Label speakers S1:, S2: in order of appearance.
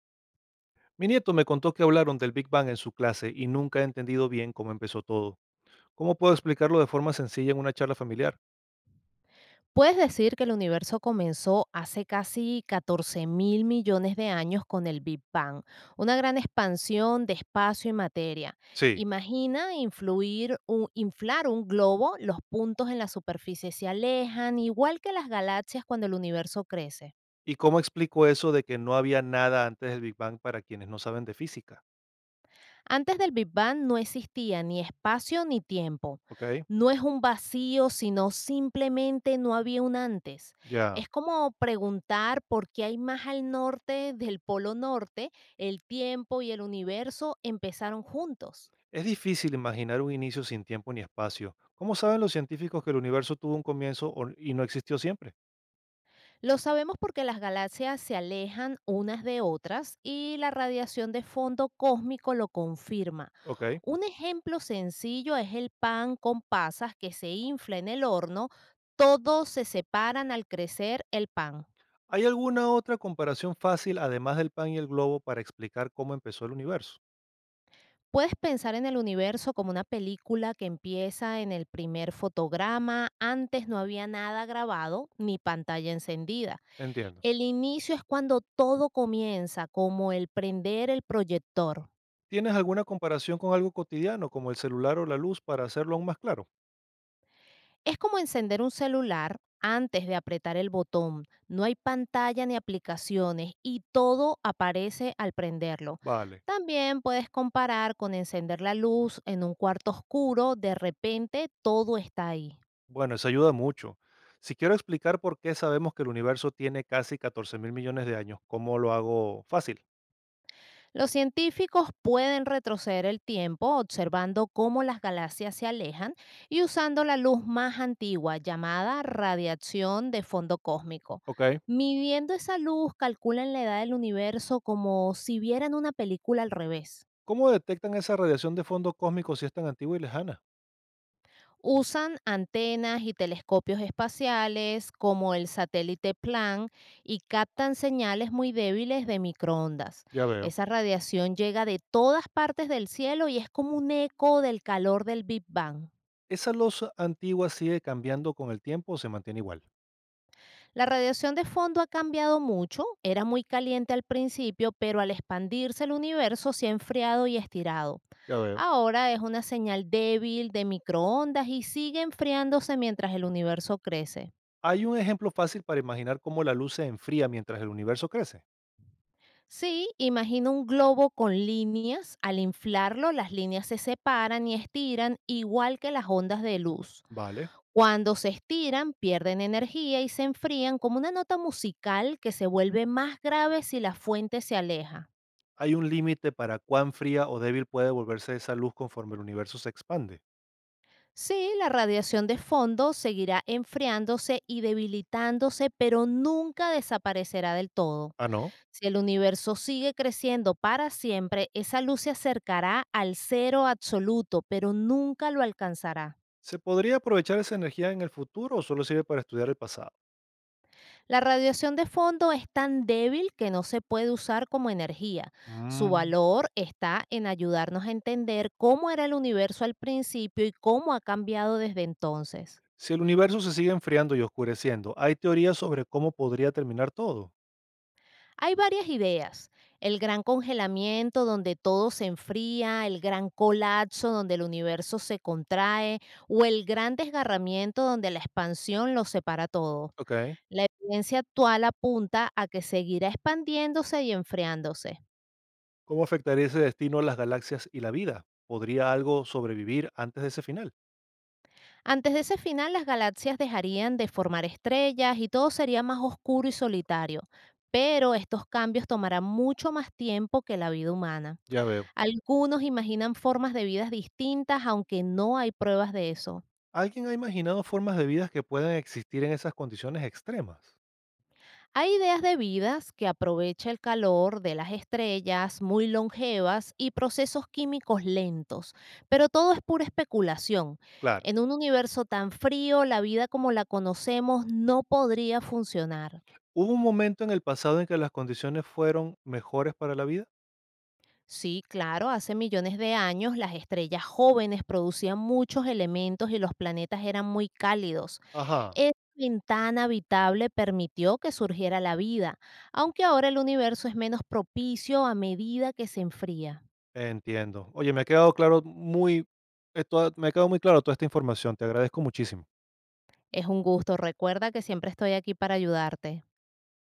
S1: Mi nieto me contó que hablaron del Big Bang en su clase y nunca he entendido bien cómo empezó todo. ¿Cómo puedo explicarlo de forma sencilla en una charla familiar?
S2: Puedes decir que el universo comenzó hace casi 14 mil millones de años con el Big Bang, una gran expansión de espacio y materia.
S1: Sí.
S2: Imagina inflar un globo, los puntos en la superficie se alejan, igual que las galaxias cuando el universo crece.
S1: ¿Y cómo explico eso de que no había nada antes del Big Bang para quienes no saben de física?
S2: Antes del Big Bang no existía ni espacio ni tiempo.
S1: Ok,
S2: No es un vacío, sino simplemente no había un antes.
S1: ya.
S2: Es como preguntar por qué hay más al norte del Polo Norte, el tiempo y el universo empezaron juntos.
S1: Es difícil imaginar un inicio sin tiempo ni espacio. ¿Cómo saben los científicos que el universo tuvo un comienzo y no existió siempre?
S2: Lo sabemos porque las galaxias se alejan unas de otras y la radiación de fondo cósmico lo confirma.
S1: Ok.
S2: Un ejemplo sencillo es el pan con pasas que se infla en el horno, todos se separan al crecer el pan.
S1: ¿Hay alguna otra comparación fácil además del pan y el globo para explicar cómo empezó el universo?
S2: Puedes pensar en el universo como una película que empieza en el primer fotograma, antes no había nada grabado ni pantalla encendida.
S1: Entiendo.
S2: El inicio es cuando todo comienza, como el prender el proyector.
S1: ¿Tienes alguna comparación con algo cotidiano, como el celular o la luz, para hacerlo aún más claro?
S2: Es como encender un celular antes de apretar el botón. No hay pantalla ni aplicaciones y todo aparece al prenderlo.
S1: Vale.
S2: También puedes comparar con encender la luz en un cuarto oscuro, de repente todo está ahí.
S1: Bueno, eso ayuda mucho. Si quiero explicar por qué sabemos que el universo tiene casi 14 mil millones de años, ¿cómo lo hago fácil?
S2: Los científicos pueden retroceder el tiempo observando cómo las galaxias se alejan y usando la luz más antigua llamada radiación de fondo cósmico.
S1: Ok.
S2: Midiendo esa luz calculan la edad del universo como si vieran una película al revés.
S1: ¿Cómo detectan esa radiación de fondo cósmico si es tan antigua y lejana?
S2: Usan antenas y telescopios espaciales como el satélite Plan y captan señales muy débiles de microondas.
S1: Ya veo.
S2: Esa radiación llega de todas partes del cielo y es como un eco del calor del Big Bang.
S1: ¿Esa luz antigua sigue cambiando con el tiempo o se mantiene igual?
S2: La radiación de fondo ha cambiado mucho, era muy caliente al principio, pero al expandirse el universo se ha enfriado y estirado.
S1: Ya veo.
S2: Ahora es una señal débil de microondas y sigue enfriándose mientras el universo crece.
S1: Hay un ejemplo fácil para imaginar cómo la luz se enfría mientras el universo crece.
S2: Sí, imagina un globo con líneas. Al inflarlo, las líneas se separan y estiran igual que las ondas de luz.
S1: Vale.
S2: Cuando se estiran, pierden energía y se enfrían como una nota musical que se vuelve más grave si la fuente se aleja.
S1: ¿Hay un límite para cuán fría o débil puede volverse esa luz conforme el universo se expande?
S2: Sí, la radiación de fondo seguirá enfriándose y debilitándose, pero nunca desaparecerá del todo.
S1: Ah, no.
S2: Si el universo sigue creciendo para siempre, esa luz se acercará al cero absoluto, pero nunca lo alcanzará.
S1: ¿Se podría aprovechar esa energía en el futuro o solo sirve para estudiar el pasado?
S2: La radiación de fondo es tan débil que no se puede usar como energía. Su
S1: Mm.
S2: valor está en ayudarnos a entender cómo era el universo al principio y cómo ha cambiado desde entonces.
S1: Si el universo se sigue enfriando y oscureciendo, hay teorías sobre cómo podría terminar todo.
S2: Hay varias ideas. El gran congelamiento donde todo se enfría, el gran colapso donde el universo se contrae o el gran desgarramiento donde la expansión lo separa todo.
S1: Ok.
S2: La evidencia actual apunta a que seguirá expandiéndose y enfriándose.
S1: ¿Cómo afectaría ese destino a las galaxias y la vida? ¿Podría algo sobrevivir antes de ese final?
S2: Antes de ese final, las galaxias dejarían de formar estrellas y todo sería más oscuro y solitario, pero estos cambios tomarán mucho más tiempo que la vida humana.
S1: Ya veo.
S2: Algunos imaginan formas de vidas distintas, aunque no hay pruebas de eso.
S1: ¿Alguien ha imaginado formas de vida que puedan existir en esas condiciones extremas?
S2: Hay ideas de vidas que aprovecha el calor de las estrellas, muy longevas y procesos químicos lentos, pero todo es pura especulación.
S1: Claro.
S2: En un universo tan frío, la vida como la conocemos no podría funcionar.
S1: ¿Hubo un momento en el pasado en que las condiciones fueron mejores para la vida?
S2: Sí, claro, hace millones de años las estrellas jóvenes producían muchos elementos y los planetas eran muy cálidos.
S1: Ajá.
S2: Esa ventana habitable permitió que surgiera la vida, aunque ahora el universo es menos propicio a medida que se enfría.
S1: Entiendo. Oye, me ha quedado claro muy toda me ha quedado muy claro toda esta información. Te agradezco muchísimo.
S2: Es un gusto, recuerda que siempre estoy aquí para ayudarte.